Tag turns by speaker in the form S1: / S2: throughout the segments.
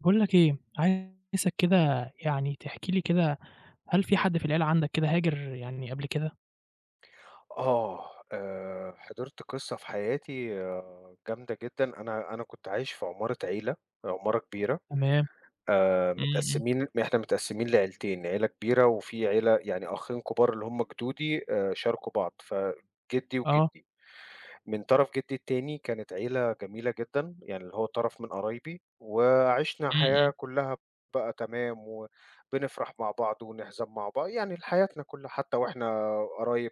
S1: باقول لك إيه، عايزك كده يعني تحكي لي كده هل في
S2: إمم.
S1: حد في العيلة عندك كده هاجر يعني قبل كده؟
S2: حضرت قصة في حياتي جامدة جدًا. أنا كنت عايش في عمارة عيلة، عمارة كبيرة.
S1: تمام، إمم، إمم،
S2: إحنا متقسّمين لعيلتين، عيلة كبيرة وفي عيلة يعني أخين كبار اللي هم جدودي شاركوا بعض، فجدي
S1: آه،
S2: وجدي. من طرف جدي التاني كانت عيلة جميلة جدًا، يعني اللي هو طرف من قرايبي، وعِشنا
S1: إمم،
S2: حياة
S1: إمم،
S2: كلّها بقى تمام، وبنفرح مع بعض ونحزن مع بعض، يعني حياتنا كلّها حتى وإحنا قرايب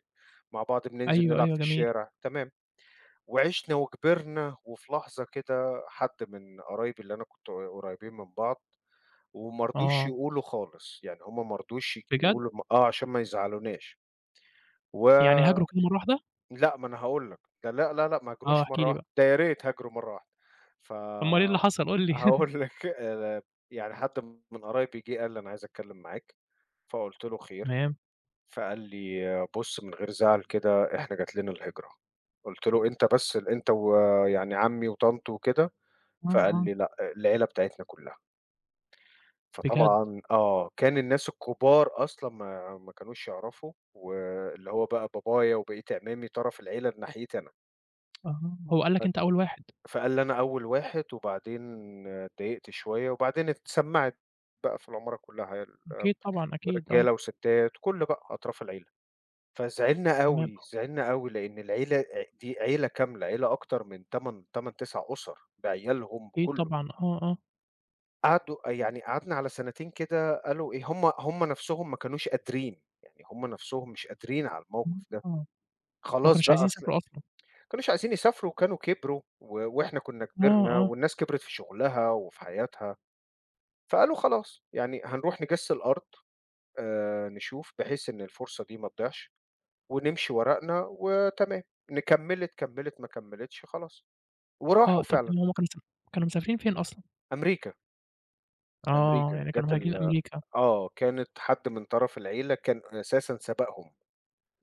S2: مع بعض بننزل
S1: أيوه،
S2: نلعب
S1: أيوه
S2: في
S1: جميل،
S2: الشارع، تمام. وعِشنا وكبرنا، وفي لحظة كده حد من قرايبي اللي أنا كنت قريبين من بعض، وما رضوش
S1: آه،
S2: يقولوا خالص، يعني هُم ما رضوش
S1: بجد!
S2: يقولوا م آه، عشان ما يزعلوناش. و
S1: يعني هاجروا كده مرّة واحدة؟
S2: لأ، ما أنا هاقول لك، ده لأ، لأ، لأ، ما
S1: آه،
S2: هاجروش
S1: احكِ
S2: مرّة
S1: لي
S2: واحدة،
S1: بقى،
S2: ده يا ريت هاجروا مرّة واحدة.
S1: أمّال إيه اللي حصل
S2: فهاقول
S1: قُل لي؟
S2: لك يعني حد من قرايبي جِه قال لي: "أنا عايز أتكلّم معاك." فقُلت له: "خير."
S1: تمام،
S2: فقال لي: "بُص من غير زعل كده، إحنا جات لنا الهجرة." قُلت له: "أنت بس أنت ويعني عمي وطنط وكده؟"
S1: آه،
S2: فقال
S1: آه،
S2: لي: "لأ، العيلة بتاعتنا كُلّها."
S1: بجد!
S2: فطبعًا كان الناس الكبار أصلًا ما كانوش يعرفوا واللي هو بقى بابايا وبقية أعمامي طرف العيلة لناحيتي أنا.
S1: آه، هو قال لك أنت أول واحد،
S2: فقال لي: "أنا أول واحد." وبعدين اتضايقت شوية، وبعدين اتسمّعت بقى في العمارة كلّها
S1: أكيد طبعًا، أكيد آه،
S2: رجالة وستات، كل بقى أطراف العيلة. فزعلنا
S1: تمام،
S2: أوي، زعلنا أوي، لإن العيلة دي عيلة كاملة، عيلة أكتر من 8، 9 أُسَر بعيالهم
S1: أكيد
S2: بكلّه.
S1: طبعًا، آه، آه،
S2: قعدوا يعني قعدنا على سنتين كده قالوا إيه، هم نَفْسهم ما كانوش قادرين، يعني هم نَفْسهم مش قادرين على
S1: إمم،
S2: الموقف ده.
S1: آه، ما
S2: خلاص
S1: كانوش
S2: بقى
S1: عايزين
S2: أصل
S1: يسافروا أصلًا،
S2: كانوش عايزين يسافروا وكانوا كبروا وإحنا كُنّا
S1: آه،
S2: كبرنا
S1: آه،
S2: والناس كبرت في شُغلها وفي حياتها، فقالوا خلاص يعني هنروح نجِس الأرض نشوف بحيث إن الفرصة دي ما تضيعش ونمشي ورقنا وتمام. كمِّلت، ما كمِّلتش خلاص.
S1: آه،
S2: وراحوا
S1: طَب
S2: فعلًا
S1: تمام هُم كانوا كانوا مسافرين فين أصلًا؟
S2: أمريكا.
S1: آه،
S2: أمريكا
S1: يعني كانوا
S2: جات
S1: مهاجرين
S2: ال
S1: أمريكا،
S2: آه، كانت حد من طرف العيلة كان أساسًا سبقهم.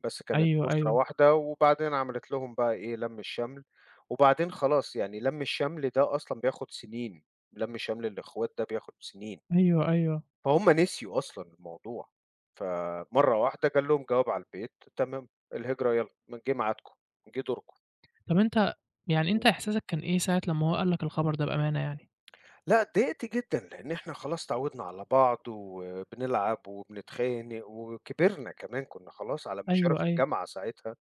S2: بس كانت
S1: أيوه،
S2: أسرة
S1: أيوه.
S2: واحدة، وبعدين عملت لهم بقى إيه، لَم الشمل. وبعدين خلاص يعني لَم الشمل ده أصلًا بياخد سنين، لَم شمل الإخوات ده بياخد سنين.
S1: أيوه، أيوه.
S2: فهُم نسيوا أصلًا الموضوع، فمرّة واحدة جه لهم جواب على البيت تمام، الهجرة يالّا جِه ميعادكم، جِه دوركم.
S1: طَب أنت يعني أنت
S2: إمم.
S1: إحساسك كان إيه ساعة لمّا هو قال لك الخبر ده بأمانة يعني؟
S2: لأ اتضايقت جدًا، لإن إحنا خلاص اتعودنا على بعض، وبنلعب وبنتخانق وكبرنا كمان، كنا خلاص على مشارف
S1: أيوه، أيوه.
S2: الجامعة ساعتها.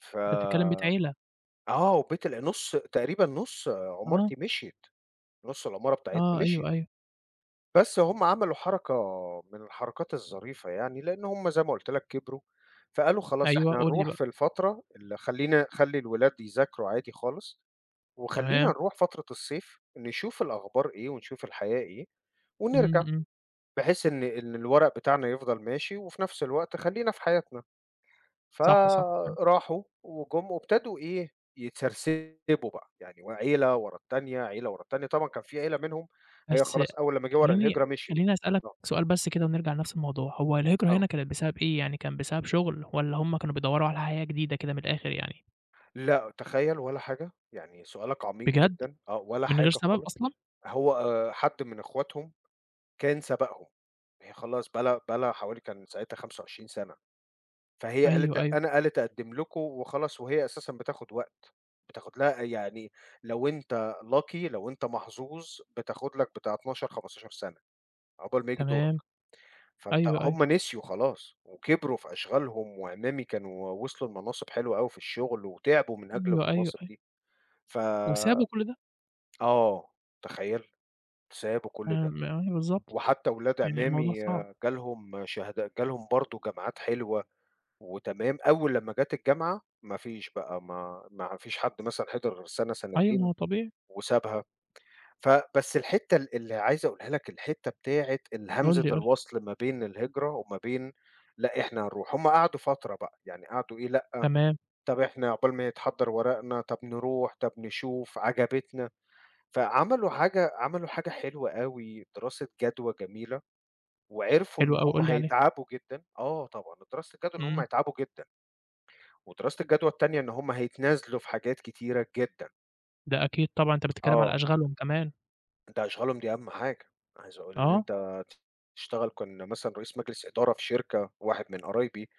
S2: ف
S1: أنت بتتكلّم بيت عيلة.
S2: آه، وبيت ال نُص تقريبًا نُص
S1: آه،
S2: عمارتي مشيت، نُص العمارة بتاعتنا
S1: آه، أيوه،
S2: مشيت.
S1: أيوه.
S2: بس هم عملوا حركة من الحركات الظريفة يعني، لإن هم زي ما قُلت لك كبروا، فقالوا خلاص
S1: أيوه،
S2: إحنا
S1: قُل لي
S2: هنروح
S1: بقى.
S2: في الفترة اللي خلّي الولاد يذاكروا عادي خالص، وخلّينا
S1: تمام.
S2: نروح فترة الصيف نشوف الأخبار إيه ونشوف الحياة إيه
S1: إمم،
S2: ونرجع،
S1: إمم.
S2: بحيث إن الورق بتاعنا يفضل ماشي وفي نفس الوقت خلّينا في حياتنا.
S1: صح، صح فعلًا.
S2: فراحوا وجُم وابتدوا إيه، يتسرسبوا بقى، يعني و عيلة ورا التانية، عيلة ورا التانية، طبعًا كان في عيلة منهم هي
S1: بس
S2: خلاص أول لمّا جه ورق
S1: خلّيني
S2: الهجرة مشيت.
S1: خلّيني أسألك
S2: آه،
S1: سؤال بس كده ونرجع لنفس الموضوع، هو الهجرة
S2: آه،
S1: هنا كانت بسبب إيه؟ يعني كان بسبب شُغل والّا هم كانوا بيدوّروا على حياة جديدة كده من الآخِر يعني؟
S2: لأ تخيّل ولا حاجة، يعني سؤالك عميق
S1: بجد!
S2: جدًا، ولا
S1: من غير
S2: حاجة
S1: سبب
S2: خالص.
S1: أصلًا؟
S2: هو حد من إخواتهم كان سبقهم، هي خلاص بقى لها حوالي كان ساعتها 25 سَنة. فهي قالت
S1: أيوه، أيوه.
S2: أنا قالت أقدّم لكم وخلاص، وهي أساسًا بتاخد وقت. بتاخد لها يعني لو أنت lucky لو أنت محظوظ بتاخد لك بتاع 12، 15 سَنة عقبال ما ييجي دورك.
S1: تمام. أيوه، أيوه.
S2: هم نسيوا خلاص وكبروا في أشغالهم، وعمامي كانوا وصلوا لمناصب حلوة أوي في الشغل وتعبوا من أجل
S1: أيوه، أيوه،
S2: المناصب
S1: أيوه.
S2: دي. ف
S1: وسابوا كل ده؟
S2: آه، تخيّل! سابوا كل ده،
S1: آمم، أيوه بالضبط.
S2: وحتى ولاد
S1: يعني الموضوع
S2: عمامي
S1: صعب.
S2: جالهم برضه جامعات حلوة. وتمام، أول لمّا جات الجامعة ما فيش بقى، ما فيش حد مثلًا حِضِر غير سَنة،
S1: أيوه، ما
S2: سَنتين
S1: هو طبيعي.
S2: وسابها. فبس الحتّة ال اللي عايز أقولها لك، الحتّة بتاعة
S1: قُل
S2: همزة
S1: لي، قُل لي.
S2: الوصل ما بين الهجرة وما بين لأ، إحنا هنروح. هم قعدوا فترة بقى، يعني قعدوا إيه، لأ،
S1: تمام،
S2: طَب إحنا عقبال ما يتحضّر ورقنا، طَب نروح، طَب نشوف، عجبتنا. فعملوا حاجة عملوا حاجة حلوة أوي، دراسة جدوى جميلة وعرفوا إن
S1: حلو أوي،
S2: هم
S1: قُل لي عليها.
S2: هيتعبوا جدًا آه طبعًا، دراسة الجدوى إن هم
S1: إمم،
S2: هيتعبوا جدًا. ودراسة الجدوى التانية إن هم هيتنازلوا في حاجات كتيرة جدًا.
S1: ده أكيد طبعًا، أنت بتتكلم على
S2: آه،
S1: أشغالهم كمان.
S2: أنت أشغالهم دي أهم حاجة، عايز أقول إن
S1: آه،
S2: أنت تشتغل كان مثلًا رئيس مجلس إدارة في شركة، واحد من قرايبي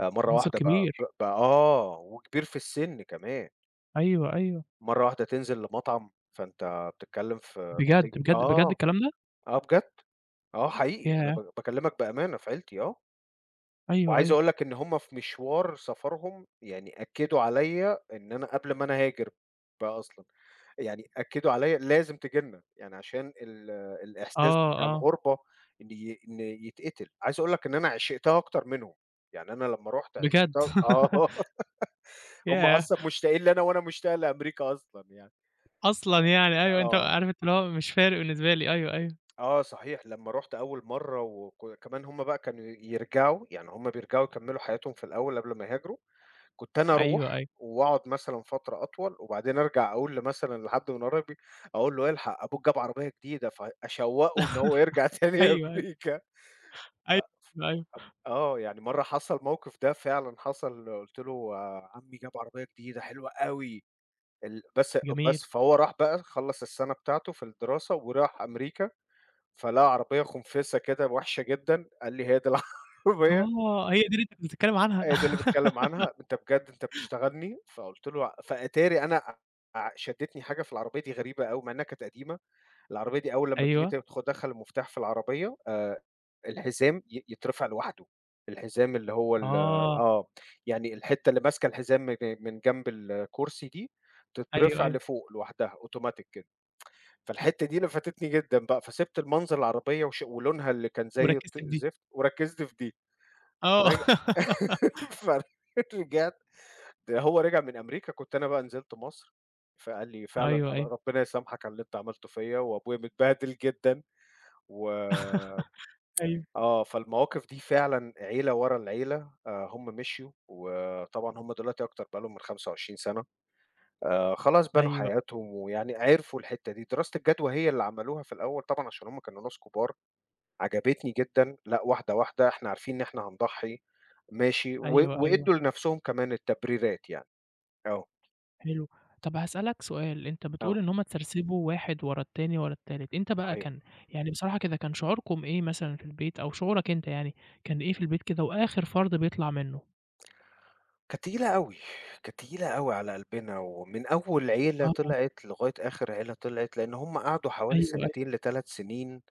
S2: مرّة
S1: منصب
S2: واحدة بقى ب
S1: كبير.
S2: بقى آه، وكبير في السن كمان،
S1: أيوه، أيوه.
S2: مرّة واحدة تنزل لمطعم، فأنت بتتكلم في
S1: بجد،
S2: بتيجي
S1: بجد، بجد الكلام ده؟
S2: آه بجد، آه حقيقي أنا
S1: ياه!
S2: باكلمك بأمانة في عيلتي.
S1: أيوه،
S2: وعايز
S1: أيوه.
S2: أقول لك إن هُم في مشوار سفرهم يعني أكّدوا عليَّ إن أنا قبل ما أنا أهاجر بقى أصلًا، يعني أكّدوا عليَّ لازم تيجي لنا، يعني عشان الإحساس
S1: آه،
S2: بتاع
S1: آه،
S2: الغربة إن يتقتل. عايز أقول لك إن أنا عشقتها أكتر منهم، يعني أنا لمّا رُحت
S1: بجد
S2: عشقتها هُم
S1: ياه!
S2: أصلًا مشتاقين لي أنا وأنا مشتاق لأمريكا أصلًا يعني. ف
S1: أصلًا يعني أيوه، أنت
S2: آه،
S1: عارف أنت اللي هو مش فارق بالنسبة لي، أيوه، أيوه،
S2: آه صحيح، لمّا رُحت أول مرّة كمان هُم بقى كانوا يرجعوا، يعني هُم بيرجعوا يكمّلوا حياتهم في الأول قبل ما يهاجروا كنت أنا
S1: أيوه،
S2: أروح
S1: أيوه،
S2: وأقعد مثلًا فترة أطول، وبعدين أرجع أقول مثلًا لحد من قرايبي، أقول له: "الحق أبوك جاب عربية جديدة." فأشوّقه إن هو يرجع تاني
S1: أيوه، أيوه،
S2: أمريكا. ف
S1: أيوه، أيوه،
S2: آه، يعني مرّة حصل الموقف ده فعلًا حصل، قُلت له: "عمي جاب عربية جديدة حلوة أوي." ال بس
S1: جميل.
S2: بس فهو راح بقى خلّص السنة بتاعته في الدراسة وراح أمريكا، فلقى عربية خُنفِسة كده وحشة جدًا، قال لي: "هي دي العربية؟"
S1: آه، هي دي اللي أنت كنت بتتكلم عنها.
S2: هي دي اللي باتكلّم عنها، أنت بجد أنت بتشتغلني. فقُلت له ع فأتاري أنا شدّتني حاجة في العربية دي غريبة أوي، مع إنها كانت قديمة. العربية دي أول لمّا تيجي
S1: أيوه،
S2: تدخ تدخّل دخل المفتاح في العربية الحزام يترفع لوحده، الحزام اللي هو ال
S1: آه،
S2: آه، يعني الحتّة اللي ماسكة الحزام من جنب الكرسي دي،
S1: أيوه،
S2: تترفع
S1: أيوه،
S2: لفوق لوحدها أوتوماتيك كده. فالحتّة دي اللي فاتتني جدًا بقى، فسِبت المنظر العربية ولونها اللي كان زي
S1: وركّزت في
S2: الطين
S1: دي.
S2: الزفت وركّزت في دي.
S1: آه،
S2: فرج فرجعت ده هو رجع من أمريكا، كنت أنا بقى نزلت مصر، فقال لي: "فعلًا
S1: أيوه،
S2: الله
S1: أيوه،
S2: ربنا يسامحك على اللي أنت عملته فيّا، وأبويا متبهدل جدًا." و
S1: أيوه.
S2: آه، فالمواقف دي فعلًا عيلة ورا العيلة. هم مشيوا، وطبعًا هم دلوقتي أكتر بقى لهم من 25 سنة. خلاص بنوا
S1: أيوه،
S2: حياتهم، ويعني عرفوا الحتّة دي. دراسة الجدوى هي اللي عملوها في الأول طبعًا عشان هم كانوا ناس كبار، عجبتني جدًا، لأ واحدة، واحدة، إحنا عارفين إن إحنا هنضحّي ماشي،
S1: أيوه، أيوه،
S2: وإدّوا لنَفْسهم كمان التبريرات يعني. آه،
S1: حلو. طَب هاسألك سؤال، أنت بتقول
S2: آه،
S1: إن هُم اتسرسبوا واحد ورا التاني، ورا التالت، أنت بقى
S2: صحيح.
S1: كان يعني بصراحة كده كان شعوركم إيه مثلًا في البيت أو شعورك أنت يعني، كان إيه في البيت كده وآخر فرد بيطلع منه؟
S2: كانت تقيلة أوي، كانت تقيلة أوي على قلبنا، ومن أول عيلة
S1: آه،
S2: طلعت لغاية آخر عيلة طلعت، لإن هم قعدوا حوالي
S1: أيوه، أيوه،
S2: سنتين ل3 سنين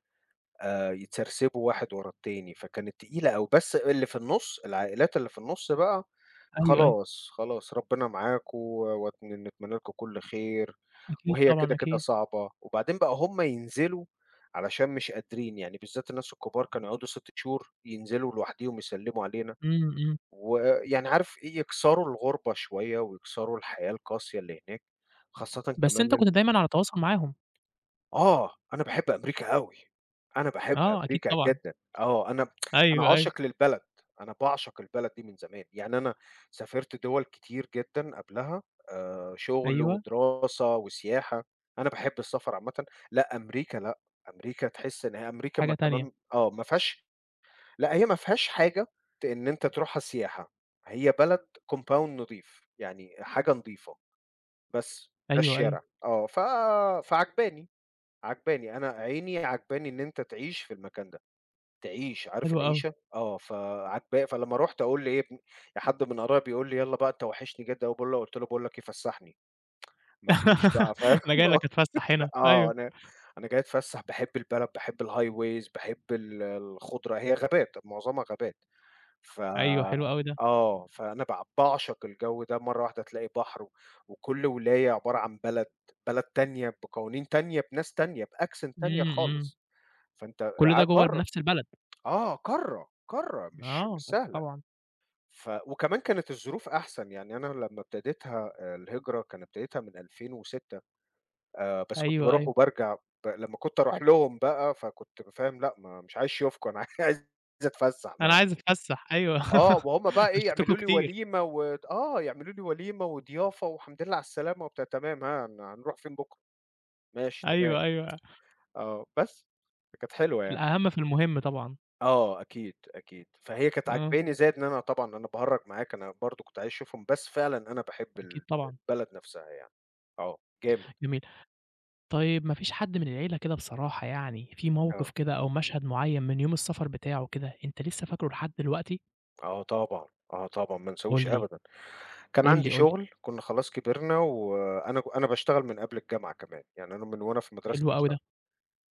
S2: يتسرسبوا واحد ورا التاني. فكانت تقيلة أوي، بس اللي في النُص العائلات اللي في النُص بقى
S1: أيوه، أيوه،
S2: خلاص، خلاص ربنا معاكم ونتمنى لكم كل خير.
S1: أكيد
S2: وهي
S1: طبعًا،
S2: كده، كده
S1: أكيد.
S2: صعبة، وبعدين بقى هم ينزلوا علشان مش قادرين، يعني بالذات الناس الكبار كانوا يقعدوا 6 شهور ينزلوا لوحديهم يسلّموا علينا،
S1: إمم، إمم.
S2: ويعني عارف إيه، يكسروا الغُربة شوية ويكسروا الحياة القاسية اللي هناك، خاصةً
S1: بس
S2: كمان
S1: أنت كنت
S2: إن
S1: دايمًا على تواصل معاهم.
S2: أنا باحب أمريكا أوي، أنا باحب
S1: آه، أكيد
S2: أمريكا
S1: طبعًا.
S2: جدًا. أنا
S1: أيوه، أيوه،
S2: عاشق للبلد، أنا باعشق البلد دي من زمان، يعني أنا سافرت دول كتير جدًا قبلها شغل
S1: أيوه،
S2: ودراسة وسياحة، أنا باحب السفر عامةً. لأ أمريكا لأ، أمريكا تحس إن هي أمريكا ما
S1: حاجة تانية.
S2: كمان آه، ما فيهاش لأ هي ما فيهاش حاجة إن أنت تروحها سياحة، هي بلد compound نضيف، يعني حاجة نضيفة، بس ده
S1: أيوه، أيوه،
S2: الشارع. آه، ف فعاجباني. عاجباني، أنا عيني عاجباني إن أنت تعيش في المكان ده، تعيش، عارف
S1: حلو أوي.
S2: العيشة؟ آه، فعاجبا فلمّا رُحت أقول لإيه ابن يا حد من قرايبي يقول لي: "يالّا بقى أنت وحشني جدًا." باقول له قُلت له: "باقول لك إيه فسّحني." ما فيش بقى فاهم؟
S1: أنا جاي لك أتفسح هنا.
S2: آه،
S1: أيوه،
S2: أنا أنا جاي أتفسّح، باحب البلد، باحب الhighways، باحب الخُضرة، هي غابات، معظمها غابات. ف
S1: أيوه، حلو أوي ده.
S2: آه، فأنا باعشق الجو ده، مرّة واحدة تلاقي بحر وكل ولاية عبارة عن بلد، بلد تانية بقوانين تانية، بناس تانية، بaccent تانية
S1: إمم، إمم.
S2: خالص. فأنت
S1: كل ده جوّه
S2: قارة،
S1: نفْس البلد.
S2: قارة، قارة مش
S1: آه،
S2: مش
S1: طب
S2: سهلة.
S1: طبعًا.
S2: وكمان كانت الظروف أحسن، يعني أنا لمّا ابتديتها الهجرة كان ابتديتها من 2006. بس كنت
S1: أيوه،
S2: باروح
S1: أيوه.
S2: وبارجع لمّا كنت أروح لهم بقى فكنت فاهم لأ ما مش عايز يوفْكوا أنا عايز أتفسّح
S1: أنا
S2: ما
S1: عايز أتفسّح أيوه.
S2: وهُم
S1: أنا
S2: بقى إيه
S1: شُفتكم
S2: يعملوا لي
S1: كتير.
S2: وليمة و آه، يعملوا لي وليمة وضيافة والحمد لله على السلامة وبتاع تمام ها هن هنروح فين بُكرة؟ ماشي تمام.
S1: أيوه، أيوه.
S2: آه، بس فكانت حلوة يعني.
S1: الأهم في المهم طبعًا.
S2: أكيد، أكيد. فهي كانت
S1: آه،
S2: عاجباني زائد إن أنا طبعًا أنا باهرّج معاك، أنا برضه كنت عايز أشوفهم، بس فعلًا أنا باحب
S1: أكيد طبعًا.
S2: البلد نفسها يعني. آه، جامد.
S1: جميل. طيب ما فيش حد من العيلة كده بصراحة يعني في موقف
S2: آه،
S1: كده أو مشهد معيّن من يوم السفر بتاعه كده أنت لسه فاكره لحد دلوقتي؟
S2: آه طبعًا، طبعًا، ما انساهوش
S1: قُل لي،
S2: أبدًا. كان
S1: قُل
S2: عندي
S1: لي، قُل لي.
S2: شغل، كُنّا خلاص كبرنا وأنا أنا باشتغل من قبل الجامعة كمان، يعني أنا من وأنا في المدرسة
S1: حلو أوي
S2: باشتغل.
S1: ده.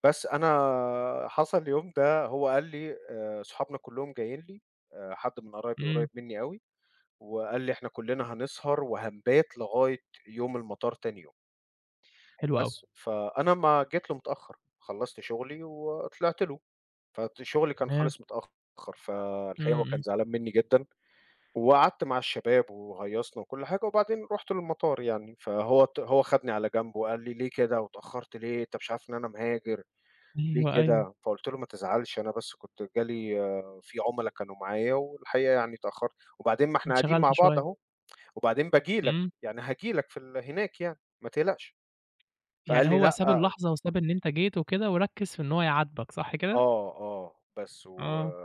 S2: بس أنا حصل اليوم ده هو قال لي صحابنا كلّهم جايين لي، حد من قرايبي
S1: إمم،
S2: قريب منّي أوي، وقال لي: "إحنا كلّنا هنسهر وهنبات لغاية يوم المطار تاني يوم."
S1: حلو أوي.
S2: بس، فأنا ما جيت له متأخّر، خلّصت شغلي وطلعت له، فشغلي كان
S1: تمام.
S2: خالص متأخّر. فالحقيقة
S1: إمم،
S2: هو كان
S1: إمم.
S2: زعلان منّي جدًا، وقعدت مع الشباب وهيصنا وكل حاجة، وبعدين رُحت للمطار يعني، فهو هو خدني على جنب وقال لي: "ليه كده واتأخّرت ليه؟ أنت مش عارف إن أنا مهاجر، ليه
S1: أيوه، أيوه.
S2: كده؟" فقُلت له: "ما تزعلش أنا بس كنت جالي في عُملا كانوا معايا والحقيقة يعني اتأخّرت، وبعدين ما إحنا قاعدين
S1: انشغلت
S2: مع بعض
S1: شوية.
S2: أهو، وبعدين باجي لك،
S1: إمم.
S2: يعني هاجي لك في هناك يعني، ما تقلقش."
S1: يعني
S2: فقال لي:
S1: هو
S2: "لأ."
S1: ساب اللحظة وساب إن أنت جيت وكده وركّز في إن هو يعاتبك، صح كده؟
S2: آه، آه، بس و
S1: آه.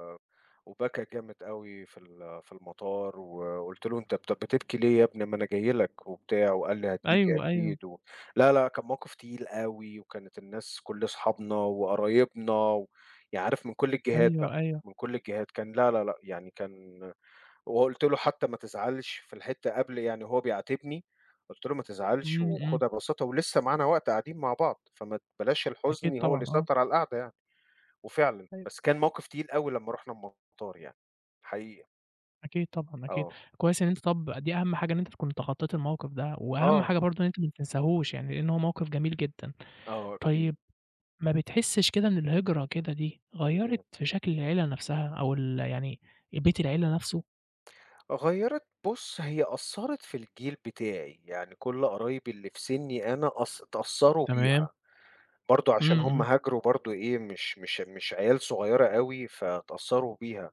S2: وبكى جامد أوي في في المطار، وقُلت له: "أنت بتبكي ليه يا ابني ما أنا جاي لك." وبتاع، وقال لي: "هتيجي
S1: أيوه، أيوه.
S2: أكيد." و لا، لأ، كان موقف تقيل أوي، وكانت الناس كل أصحابنا وقرايبنا يعني عارف من كل الجهات
S1: أيوه،
S2: بقى،
S1: أيوه.
S2: من كل الجهات كان لا، لا، لأ، يعني كان وقُلت له حتى ما تزعلش في الحتة قبل يعني هو بيعاتبني، قُلت له: "ما تزعلش
S1: إمم، إمم.
S2: وخُدها ببساطة ولسه معانا وقت قاعدين مع بعض، فما بلاش
S1: أكيد
S2: الحزن هو اللي
S1: طبعًا آه.
S2: يسيطر على القعدة يعني." وفعلًا،
S1: أيوه،
S2: بس كان موقف تقيل أوي لمّا رُحنا المطار يعني، حقيقي.
S1: أكيد طبعًا أكيد.
S2: آه،
S1: كويس إن أنت طَب دي أهم حاجة إن أنت تكون تخطّيت الموقف ده، وأهم
S2: آه،
S1: حاجة برضه إن أنت ما تنساهوش يعني، لإن هو موقف جميل جدًا.
S2: أكيد.
S1: طيب ما بتحسّش كده إن الهجرة كده دي غيّرت
S2: إمم.
S1: في شكل العيلة نَفْسها أو يعني بيت العيلة نَفْسه؟
S2: غيّرِت بُص هي أثّرت في الجيل بتاعي، يعني كل قرايبي اللي في سني أنا اتأثّروا
S1: تمام.
S2: بيها، برضه عشان
S1: إمم،
S2: هم
S1: إمم.
S2: هاجروا برضه إيه مش عيال صغيّرة أوي، فاتأثّروا بيها.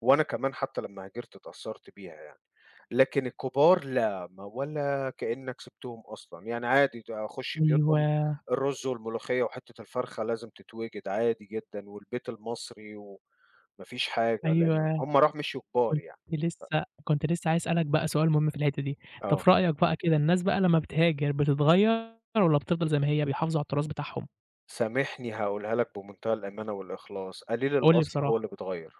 S2: وأنا كمان حتى لمّا هاجرت اتأثّرت بيها يعني، لكن الكبار لا، ما ولا كإنّك سِبتهم أصلًا، يعني عادي ده أخُش بيوتهم
S1: أيوه،
S2: الرُز والملوخية وحتّة الفرخة لازم تتوجد عادي جدًا والبيت المصري وما فيش حاجة، لإن
S1: أيوه.
S2: هم راحوا مشيوا كبار
S1: كنت
S2: يعني.
S1: لسه كنت لسه عايز أسألك بقى سؤال مهم في الحتّة دي، أنت
S2: آه،
S1: في رأيك بقى كده الناس بقى لمّا بتهاجر بتتغيّر والّا بتفضل زي ما هي بيحافظوا على التراث بتاعهم؟
S2: سامحني هاقولها لك بمنتهى الأمانة والإخلاص، قليل
S1: قُل لي
S2: الأصل هو
S1: بصراحة.
S2: اللي بيتغيّر.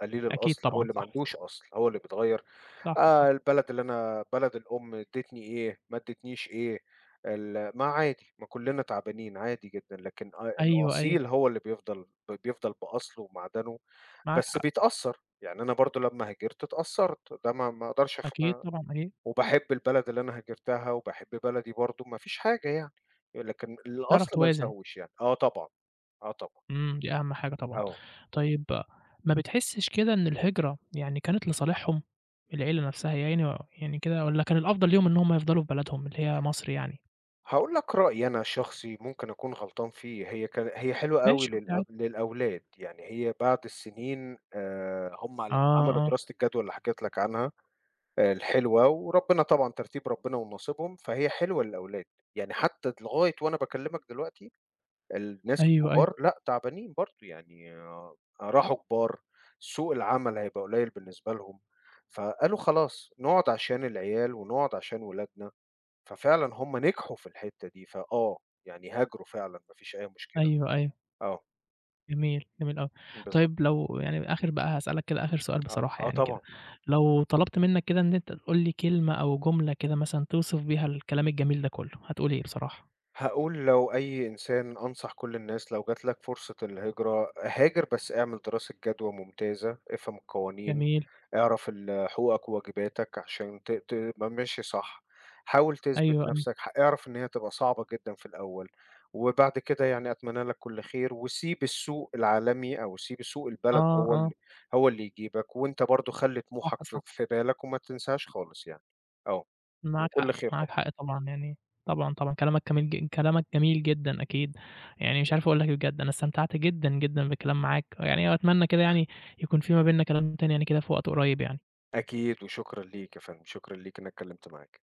S2: قليل
S1: أكيد
S2: الأصل، هو
S1: طبعًا،
S2: اللي ما
S1: صح،
S2: عندوش
S1: صح،
S2: أصل، هو اللي بيتغيّر.
S1: صح، صح،
S2: البلد اللي أنا بلد الأم ادّتني إيه، ما ادّتنيش إيه، ما عادي، ما كُلّنا تعبانين عادي جدًا، لكن
S1: أيوه، أيوه،
S2: الأصيل هو اللي بيفضل بأصله ومعدنه.
S1: معاك
S2: بس
S1: حق،
S2: بيتأثّر. يعني أنا برضه لمّا هاجرت اتأثّرت، ده ما أقدرش أخ
S1: أكيد طبعًا، أكيد،
S2: وباحب البلد اللي أنا هاجرتها وباحب بلدي برضه، ما فيش حاجة يعني، لكن
S1: تعرف
S2: الأصل ما
S1: توازن،
S2: انساهوش يعني. آه طبعًا، آه طبعًا،
S1: إمم، دي أهم حاجة طبعًا.
S2: آه.
S1: طيب ما بتحسّش كده إن الهجرة يعني كانت لصالحهم، العيلة نفسها يعني يعني كده والّا كان الأفضل ليهم إن هم يفضلوا في بلدهم اللي هي مصر يعني؟
S2: هاقول لك رأيي أنا شخصي ممكن أكون غلطان فيه، هي حلوة أوي
S1: ماشي، قُل لي عادي.
S2: للأولاد، يعني هي بعد السنين هم لمّا
S1: آه،
S2: عملوا
S1: آه،
S2: دراسة الجدوى اللي حكيت لك عنها الحلوة، وربنا طبعًا ترتيب ربنا ونصيبهم، فهي حلوة للأولاد. يعني حتى لغاية وأنا باكلمك دلوقتي الناس
S1: أيوه، أيوه،
S2: الكبار لأ تعبانين برضه، يعني راحوا كبار، سوق العمل هيبقى قليل بالنسبة لهم، فقالوا خلاص نقعد عشان العيال ونقعد عشان ولادنا. ففعلًا هم نجحوا في الحتّة دي. يعني هاجروا فعلًا ما فيش أي مشكلة.
S1: أيوه، أيوه.
S2: آه،
S1: جميل، جميل أوي.
S2: بالضبط.
S1: طيب لو يعني آخر بقى هاسألك كده آخر سؤال
S2: آه،
S1: بصراحة
S2: آه
S1: يعني كده،
S2: طبعًا.
S1: لو طلبت منّك كده إن أنت تقول لي كلمة أو جملة كده مثلًا توصف بيها الكلام الجميل ده كلّه، هتقول إيه بصراحة؟
S2: هاقول لو أي إنسان أنصح كل الناس لو جات لك فرصة الهجرة، هاجر بس اعمل دراسة جدوى ممتازة، افهم القوانين،
S1: جميل،
S2: اعرف حقوقك وواجباتك عشان تبقى ماشي صح، حاول تثبت
S1: أيوه، أيوه.
S2: نفسك، اعرف إن هي هتبقى صعبة جدًا في الأول. وبعد كده يعني أتمنى لك كل خير، وسيب السوق العالمي أو سيب سوق البلد
S1: آه، آه،
S2: هو اللي يجيبك، وأنت برضه خلّي
S1: صح،
S2: طموحك في
S1: صح،
S2: في بالك وما تنساهاش خالص يعني. آه،
S1: معاك حق،
S2: وكل خير
S1: معاك
S2: طبعًا.
S1: حق طبعًا يعني طبعًا، طبعًا كلامك جميل جدًا أكيد، يعني مش عارف أقول لك إيه بجد، أنا استمتعت جدًا، جدًا بالكلام معاك، يعني وأتمنى كده يعني يكون في ما بيننا كلام تاني يعني كده في وقت قريب يعني.
S2: أكيد وشكرًا ليك يا فندم، شكرًا ليك إن أنا اتكلمت معاك.